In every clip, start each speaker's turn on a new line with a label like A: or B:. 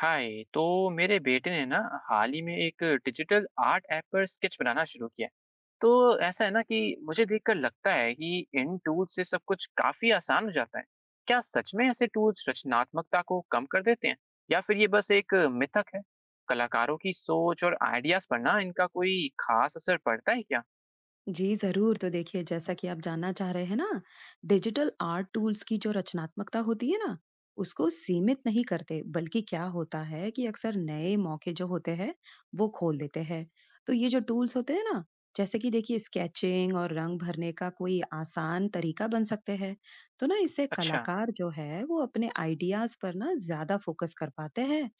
A: हाय तो मेरे बेटे ने ना हाल ही में एक डिजिटल आर्ट ऐप पर स्केच बनाना शुरू किया। तो ऐसा है ना कि मुझे देखकर लगता है कि इन टूल से सब कुछ काफी आसान हो जाता है। क्या सच में ऐसे टूल्स रचनात्मकता को कम कर देते हैं या फिर ये बस एक मिथक है? कलाकारों की सोच और आइडियाज पर ना इनका कोई खास असर पड़ता है क्या?
B: जी, ज़रूर। तो देखिए, जैसा कि आप जानना चाह रहे हैं ना, डिजिटल आर्ट टूल्स की जो रचनात्मकता होती है ना, उसको सीमित नहीं करते, बल्कि क्या होता है कि अक्सर नए मौके जो होते हैं, वो खोल देते हैं। तो ये जो टूल्स होते हैं ना, जैसे कि देखिए स्केचिंग और रंग भरने का कोई आसान तरीका बन सकते हैं। तो ना इससे
A: अच्छा।
B: कलाकार जो है, वो अपने आइडियाज़ पर ना ज़्यादा फ़ोकस कर पाते हैं।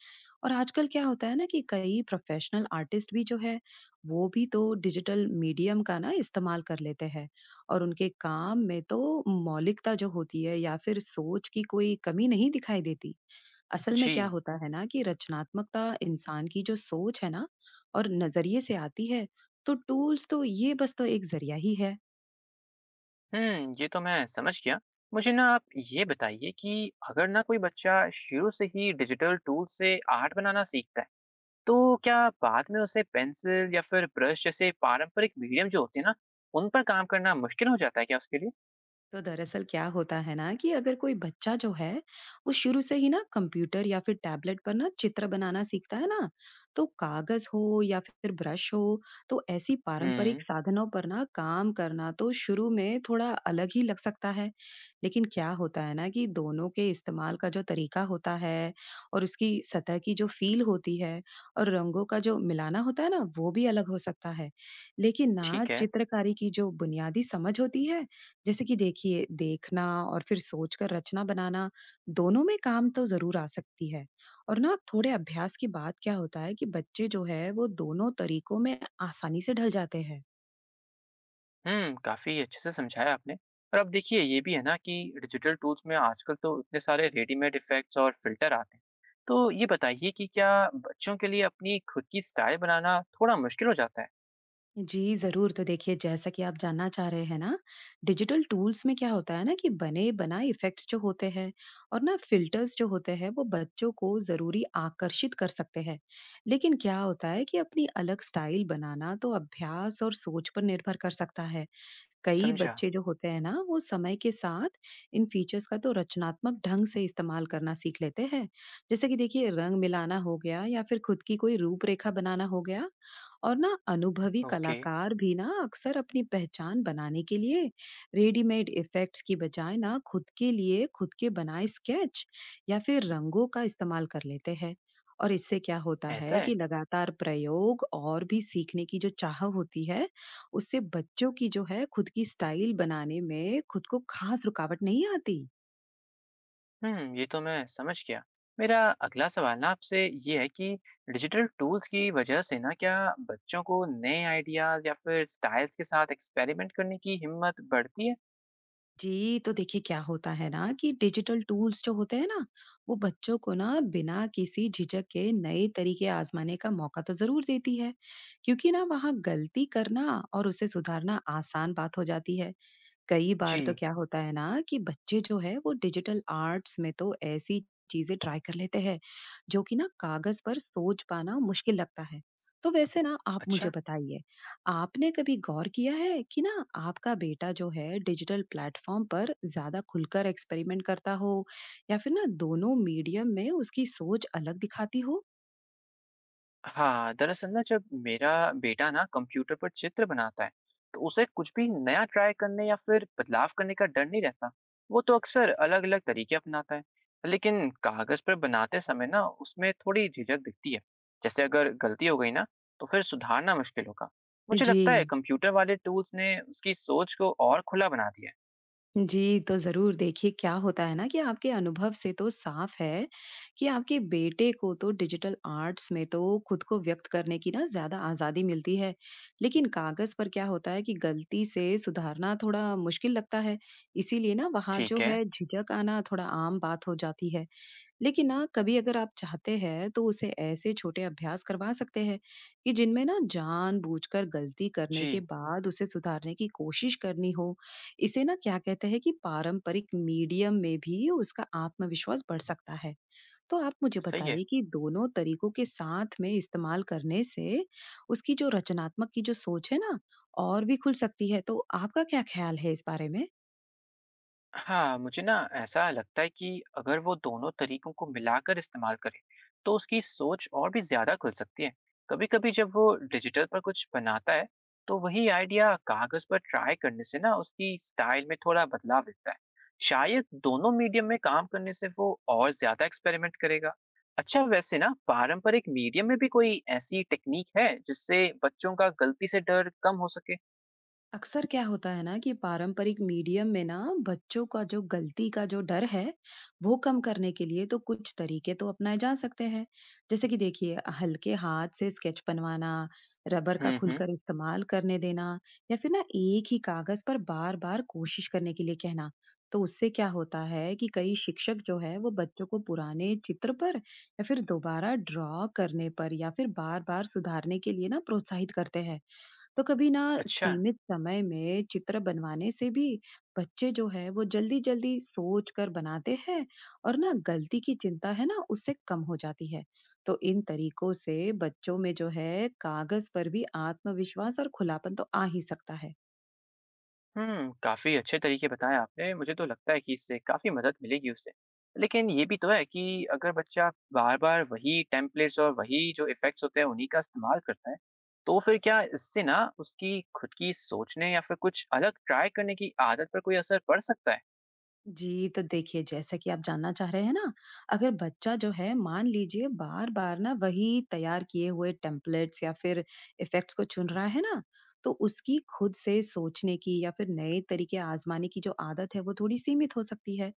B: और आजकल क्या होता है ना कि कई प्रोफ़ेशनल आर्टिस्ट भी जो है, वो भी तो डिजिटल मीडियम का ना इस्तेमाल कर लेते हैं और उनके काम में तो मौलिकता जो होती है या फिर सोच की कोई कमी नहीं दिखाई देती। असल में
A: जी।
B: क्या होता है ना कि रचनात्मकता इंसान की जो सोच है ना और नजरिए से आती है। तो टूल्स तो ये बस तो एक जरिया ही है।
A: ये तो मैं समझ गया। मुझे ना आप ये बताइए कि अगर ना कोई बच्चा शुरू से ही डिजिटल टूल से आर्ट बनाना सीखता है, तो क्या बाद में उसे पेंसिल या फिर ब्रश जैसे पारंपरिक मीडियम जो होते हैं ना, उन पर काम करना मुश्किल हो जाता है क्या उसके लिए?
B: तो दरअसल क्या होता है ना कि अगर कोई बच्चा जो है वो शुरू से ही ना कंप्यूटर या फिर टैबलेट पर ना चित्र बनाना सीखता है ना, तो कागज हो या फिर ब्रश हो, तो ऐसी पारंपरिक
A: हुँ,
B: साधनों पर ना काम करना तो शुरू में थोड़ा अलग ही लग सकता है। लेकिन क्या होता है ना कि दोनों के इस्तेमाल का जो तरीका होता है और उसकी सतह की जो फील होती है और रंगों का जो मिलाना होता है ना वो भी अलग हो सकता है। लेकिन ना
A: ठीक है।
B: चित्रकारी की जो बुनियादी समझ होती है, जैसे कि देखिए, देखना और फिर सोचकर रचना बनाना, दोनों में काम तो ज़रूर आ सकती है। और ना थोड़े अभ्यास के बाद क्या होता है कि बच्चे जो है वो दोनों तरीकों में आसानी से ढल जाते हैं।
A: काफ़ी अच्छे से समझाया आपने। और अब देखिए ये भी है ना कि डिजिटल टूल्स में आजकल तो इतने सारे रेडीमेड इफ़ेक्ट्स और फ़िल्टर आते हैं। तो ये बताइए कि क्या बच्चों के लिए अपनी खुद की स्टाइल बनाना थोड़ा मुश्किल हो जाता है?
B: जी, ज़रूर। तो देखिए जैसा कि आप जानना चाह रहे हैं ना, डिजिटल टूल्स में क्या होता है ना कि बने-बनाए इफ़ेक्ट्स जो होते हैं और ना फ़िल्टर्स जो होते हैं वो बच्चों को ज़रूरी आकर्षित कर सकते हैं। लेकिन क्या होता है कि अपनी अलग स्टाइल बनाना तो अभ्यास और सोच पर निर्भर कर सकता है। कई
A: समझा।
B: बच्चे जो होते हैं ना वो समय के साथ इन फीचर्स का तो रचनात्मक ढंग से इस्तेमाल करना सीख लेते हैं, जैसे कि देखिए रंग मिलाना हो गया या फिर खुद की कोई रूपरेखा बनाना हो गया। और ना अनुभवी
A: ओके।
B: कलाकार भी ना अक्सर अपनी पहचान बनाने के लिए रेडीमेड इफेक्ट्स की बजाय ना खुद के लिए खुद के बनाए स्केच या फिर रंगों का इस्तेमाल कर लेते हैं। और इससे क्या होता
A: ऐसा
B: है
A: है।
B: कि लगातार प्रयोग और भी सीखने की जो चाह होती है, उससे बच्चों की जो है खुद की स्टाइल बनाने में खुद को खास रुकावट नहीं आती।
A: ये तो मैं समझ गया। मेरा अगला सवाल ना आपसे ये है कि डिजिटल टूल्स की वजह से ना क्या बच्चों को नए आइडियाज या फिर स्टाइल्स के साथ एक्सपेरिमेंट करने की हिम्मत बढ़ती है?
B: जी, तो देखिए क्या होता है ना कि डिजिटल टूल्स जो होते हैं ना, वो बच्चों को ना बिना किसी झिझक के नए तरीके आजमाने का मौका तो ज़रूर देती है, क्योंकि ना वहाँ गलती करना और उसे सुधारना आसान बात हो जाती है। कई बार
A: जी।
B: तो क्या होता है ना कि बच्चे जो है वो डिजिटल आर्ट्स में तो ऐसी चीजें ट्राई कर लेते हैं जो कि ना कागज पर सोच पाना मुश्किल लगता है। तो वैसे ना आप मुझे
A: अच्छा।
B: बताइए, आपने कभी गौर किया है कि ना आपका बेटा जो है डिजिटल प्लेटफॉर्म पर ज्यादा खुलकर एक्सपेरिमेंट करता हो या फिर ना दोनों मीडियम में उसकी सोच अलग दिखाती हो।
A: हाँ, दरअसल ना जब मेरा बेटा ना कंप्यूटर पर चित्र बनाता है, तो उसे कुछ भी नया ट्राई करने या फिर बदलाव करने का डर नहीं रहता। वो तो अक्सर अलग-अलग तरीके अपनाता है, लेकिन कागज पर बनाते समय ना उसमें थोड़ी झिझक दिखती है। जैसे अगर गलती हो गई ना, तो फिर सुधारना मुश्किल होगा। मुझे
B: जी।
A: लगता है कंप्यूटर वाले टूल्स ने उसकी सोच को और खुला बना दिया है।
B: जी, तो ज़रूर देखिए क्या होता है ना कि आपके अनुभव से तो साफ है कि आपके बेटे को तो डिजिटल आर्ट्स में तो खुद को व्यक्त करने की ना ज़्यादा आज़ादी मिलती है। लेकिन कागज़ पर क्या होता है कि गलती से सुधारना थोड़ा मुश्किल लगता है। इसीलिए ना वहाँ
A: ठीक
B: जो
A: है।
B: है झिझक आना थोड़ा आम बात हो जाती है। लेकिन ना कभी अगर आप चाहते हैं तो उसे ऐसे छोटे अभ्यास करवा सकते हैं कि जिनमें ना जानबूझकर गलती करने के
A: जी,
B: बाद उसे सुधारने की कोशिश करनी हो। इसे ना क्या कहते हैं कि पारंपरिक मीडियम में भी उसका आत्मविश्वास बढ़ सकता है। तो आप मुझे
A: सही है।
B: बताइए कि दोनों तरीकों के साथ में इस्तेमाल करने से उसकी जो रचनात्मक की जो सोच है ना और भी खुल सकती है, तो आपका क्या ख्याल है इस बारे में।
A: हाँ, मुझे ना ऐसा लगता है कि अगर वो दोनों तरीकों को मिलाकर इस्तेमाल करें तो उसकी सोच और भी ज़्यादा खुल सकती है। कभी कभी जब वो डिजिटल पर कुछ बनाता है तो वही आइडिया कागज़ पर ट्राई करने से ना उसकी स्टाइल में थोड़ा बदलाव दिखता है। शायद दोनों मीडियम में काम करने से वो और ज़्यादा एक्सपेरिमेंट करेगा। अच्छा, वैसे ना पारंपरिक मीडियम में भी कोई ऐसी टेक्निक है जिससे बच्चों का गलती से डर कम हो सके?
B: अक्सर क्या होता है ना कि पारंपरिक मीडियम में ना बच्चों का जो गलती का जो डर है वो कम करने के लिए तो कुछ तरीके तो अपनाए जा सकते हैं, जैसे कि देखिए हल्के हाथ से स्केच बनवाना, रबर का
A: हम्म, हम्म।
B: खुलकर इस्तेमाल करने देना या फिर ना एक ही कागज पर बार बार कोशिश करने के लिए कहना। तो उससे क्या होता है कि कई शिक्षक जो है वो बच्चों को पुराने चित्र पर या फिर दोबारा ड्रॉ करने पर या फिर बार बार सुधारने के लिए ना प्रोत्साहित करते हैं। तो कभी ना
A: अच्छा।
B: सीमित समय में चित्र बनवाने से भी बच्चे जो है वो जल्दी जल्दी सोच कर बनाते हैं और ना गलती की चिंता है ना उससे कम हो जाती है। तो इन तरीकों से बच्चों में जो है कागज पर भी आत्मविश्वास और खुलापन तो आ ही सकता है।
A: काफ़ी अच्छे तरीके बताएँ आपने, मुझे तो लगता है कि इससे काफ़ी मदद मिलेगी उससे। लेकिन ये भी तो है कि अगर बच्चा बार-बार वही टेम्पलेट्स और वही जो इफ़ेक्ट्स होते हैं, उन्हीं का इस्तेमाल करता है, तो फिर क्या इससे ना उसकी खुद की सोचने या फिर कुछ अलग ट्राई करने की आदत पर कोई असर पड़ सकता है?
B: जी, तो देखिए जैसा कि आप जानना चाह रहे हैं ना, अगर बच्चा जो है मान लीजिए बार-बार ना वही तैयार किए हुए टेम्पलेट्स या फिर इफ़ेक्ट्स को चुन रहा है ना, तो उसकी खुद से सोचने की या फिर नए तरीके आज़माने की जो आदत है वो थोड़ी सीमित हो सकती है।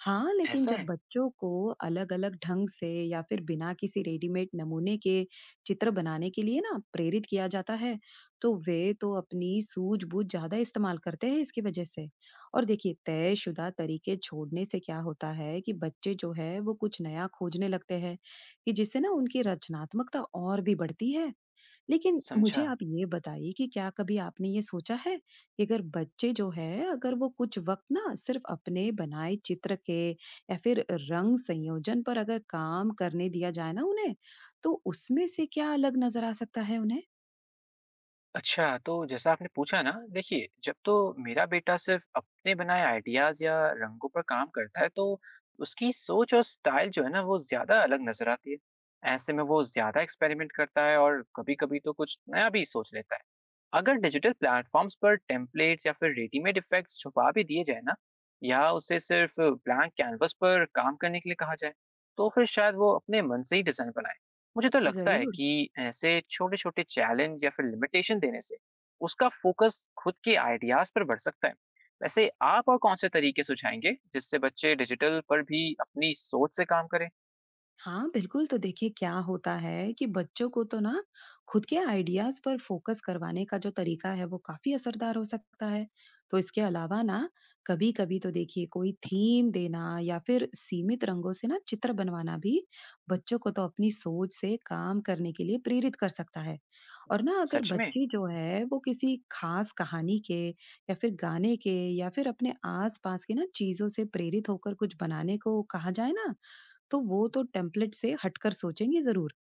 B: हाँ, लेकिन
A: ऐसा
B: जब
A: है?
B: बच्चों को अलग-अलग ढंग से या फिर बिना किसी रेडीमेड नमूने के चित्र बनाने के लिए ना प्रेरित किया जाता है, तो वे तो अपनी सूझबूझ ज़्यादा इस्तेमाल करते हैं इसकी वजह से। और देखिए तयशुदा तरीके छोड़ने से क्या होता है कि बच्चे जो है वो कुछ नया खोजने लगते हैं कि जिससे ना उनकी रचनात्मकता और भी बढ़ती है। लेकिन मुझे
A: समझा।
B: आप ये बताइए कि क्या कभी आपने ये सोचा है कि अगर बच्चे जो है अगर वो कुछ वक्त ना सिर्फ अपने बनाए चित्र के या फिर रंग संयोजन पर अगर काम करने दिया जाए ना उन्हें, तो उसमें से क्या अलग नजर आ सकता है उन्हें।
A: अच्छा, तो जैसा आपने पूछा ना, देखिए जब तो मेरा बेटा सिर्फ़ अपने बनाए आइडियाज़ या रंगों पर काम करता है, तो उसकी सोच और स्टाइल जो है ना, वो ज़्यादा अलग नज़र आती है। ऐसे में वो ज़्यादा एक्सपेरिमेंट करता है और कभी-कभी तो कुछ नया भी सोच लेता है। अगर डिजिटल प्लेटफॉर्म्स पर टेम्पलेट्स या फिर रेडीमेड इफेक्ट्स छुपा भी दिए जाए ना या उसे सिर्फ ब्लैंक कैनवस पर काम करने के लिए कहा जाए तो फिर शायद वो अपने मन से ही डिज़ाइन बनाए। मुझे तो लगता है
B: जरूर।
A: कि ऐसे छोटे छोटे चैलेंज या फिर लिमिटेशन देने से उसका फोकस खुद के आइडियाज पर बढ़ सकता है। वैसे आप और कौन से तरीके सुझाएंगे जिससे बच्चे डिजिटल पर भी अपनी सोच से काम करें?
B: हाँ, बिल्कुल, तो देखिए क्या होता है कि बच्चों को तो ना खुद के आइडियाज़ पर फ़ोकस करवाने का जो तरीका है वो काफ़ी असरदार हो सकता है। तो इसके अलावा ना कभी-कभी तो देखिए कोई थीम देना या फिर सीमित रंगों से ना चित्र बनवाना भी बच्चों को तो अपनी सोच से काम करने के लिए प्रेरित कर सकता है। और ना अगर
A: सच में।
B: बच्चे जो है वो किसी ख़ास कहानी के या फिर गाने के या फिर अपने आस-पास के ना चीज़ों से प्रेरित होकर कुछ बनाने को कहा जाए ना, तो वो तो टेम्पलेट से हटकर सोचेंगे ज़रूर।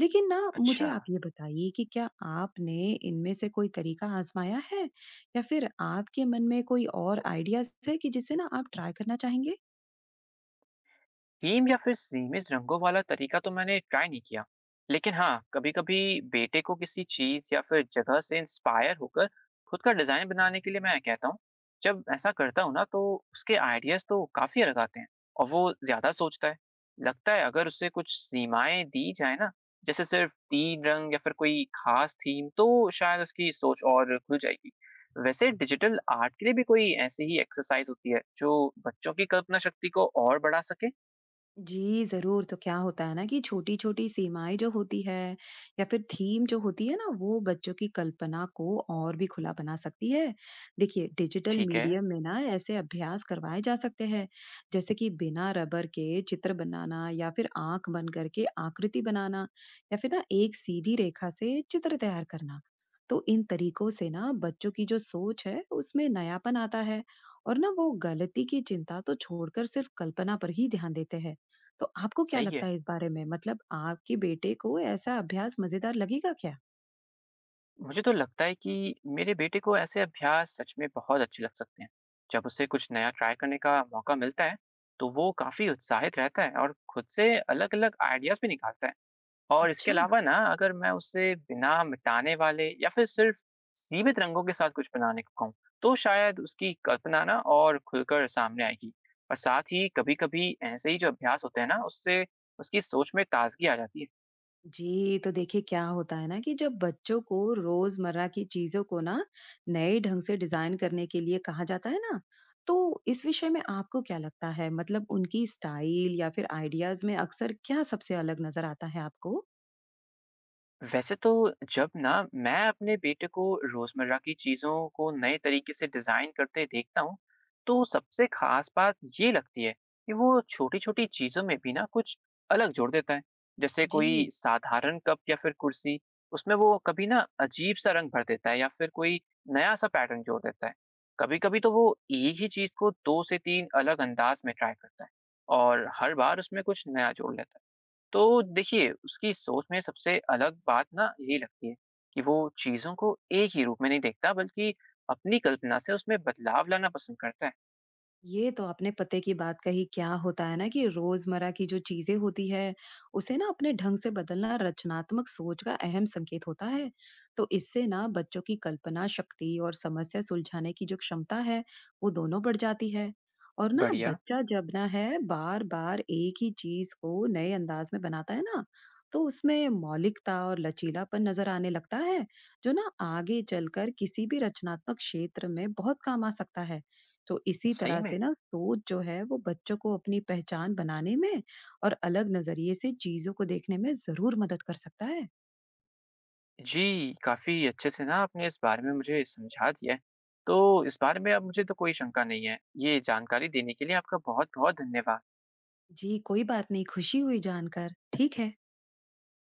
B: लेकिन ना
A: अच्छा।
B: मुझे आप ये बताइए कि क्या आपने इनमें से कोई तरीका आज़माया है? या फिर आपके मन में कोई और आइडियाज़ है कि जिसे ना आप ट्राई करना चाहेंगे?
A: थीम या फिर सीमित रंगों वाला तरीका तो मैंने ट्राई नहीं किया, लेकिन हाँ कभी कभी बेटे को किसी चीज या फिर जगह से इंस्पायर होकर खुद का डिजाइन बनाने के लिए मैं कहता हूँ। जब ऐसा करता हूँ ना तो उसके आइडियाज तो काफी अलग आते हैं और वो ज्यादा सोचता है। लगता है अगर उसे कुछ सीमाएं दी जाए ना, जैसे सिर्फ तीन रंग या फिर कोई खास थीम, तो शायद उसकी सोच और खुल जाएगी। वैसे डिजिटल आर्ट के लिए भी कोई ऐसी ही एक्सरसाइज होती है जो बच्चों की कल्पना शक्ति को और बढ़ा सके?
B: जी, ज़रूर। तो क्या होता है ना कि छोटी-छोटी सीमाएँ जो होती है या फिर थीम जो होती है ना, वो बच्चों की कल्पना को और भी खुला बना सकती है। देखिए, डिजिटल
A: ठीक है,
B: मीडियम में ना ऐसे अभ्यास करवाए जा सकते हैं, जैसे कि बिना रबर के चित्र बनाना या फिर आँख बंद करके आकृति बनाना या फिर ना एक सीधी रेखा से चित्र तैयार करना। तो इन तरीकों से ना बच्चों की जो सोच है, उसमें नयापन आता है और ना वो गलती की चिंता तो छोड़कर सिर्फ़ कल्पना पर ही ध्यान देते हैं। तो आपको क्या
A: सही
B: लगता
A: है।
B: है इस बारे में? मतलब आपके बेटे को ऐसा अभ्यास मज़ेदार लगेगा क्या?
A: मुझे तो लगता है कि मेरे बेटे को ऐसे अभ्यास सच में बहुत अच्छे लग सकते हैं। जब उसे कुछ नया ट्राई करने का मौका मिलता है, तो वो काफ़ी उत्साहित रहता है और खुद से अलग-अलग आइडियाज़ भी निकालता है। और इसके
B: अच्छा।
A: अलावा ना अगर मैं उसे बिना मिटाने वाले या फिर सिर्फ़ सीमित रंगों के साथ कुछ बनाने को कहूँ, तो शायद उसकी कल्पना ना और खुलकर सामने आएगी। और साथ ही कभी-कभी ऐसे ही जो अभ्यास होते हैं ना, उससे उसकी सोच में ताज़गी आ जाती है।
B: जी, तो देखिए क्या होता है ना कि जब बच्चों को रोज़मर्रा की चीज़ों को ना नए ढंग से डिज़ाइन करने के लिए कहा जाता है ना, तो इस विषय में आपको क्या लगता है? मतलब उनकी स्टाइल या फिर आइडियाज़ में अक्सर क्या सबसे अलग नज़र आता है आपको?
A: वैसे तो जब ना मैं अपने बेटे को रोजमर्रा की चीजों को नए तरीके से डिजाइन करते देखता हूँ तो सबसे खास बात ये लगती है कि वो छोटी छोटी चीजों में भी ना कुछ अलग जोड़ देता है। जैसे कोई
B: जी।
A: साधारण कप या फिर कुर्सी, उसमें वो कभी ना अजीब सा रंग भर देता है या फिर कोई नया सा पैटर्न जोड़ देता है। कभी कभी तो वो एक ही चीज को दो से तीन अलग अंदाज में ट्राई करता है और हर बार उसमें कुछ नया जोड़ लेता है। तो देखिए उसकी सोच में सबसे अलग बात ना यही लगती है कि वो चीज़ों को एक ही रूप में नहीं देखता बल्कि अपनी कल्पना से उसमें बदलाव लाना पसंद करता है।
B: ये तो आपने पते की बात कही। क्या होता है ना कि रोज़मर्रा की जो चीज़ें होती है, उसे ना अपने ढंग से बदलना रचनात्मक सोच का अहम संकेत होता है। तो इससे ना बच्चों की कल्पना शक्ति और समस्या सुलझाने की जो क्षमता है, वो दोनों बढ़ जाती है। और ना
A: बढ़िया।
B: बच्चा जब ना है बार-बार एक ही चीज़ को नए अंदाज में बनाता है ना, तो उसमें मौलिकता और लचीलापन नज़र आने लगता है, जो ना आगे चलकर किसी भी रचनात्मक क्षेत्र में बहुत काम आ सकता है। तो इसी
A: सही
B: तरह
A: में।
B: से ना सोच जो है वो बच्चों को अपनी पहचान बनाने में और अलग नजरिए से चीजों को देखने में जरूर मदद कर सकता है।
A: जी, काफ़ी अच्छे से ना आपने इस बारे में मुझे समझा दिया है, तो इस बारे में अब मुझे तो कोई शंका नहीं है। ये जानकारी देने के लिए आपका बहुत बहुत धन्यवाद।
B: जी, कोई बात नहीं। खुशी हुई जानकर। ठीक है।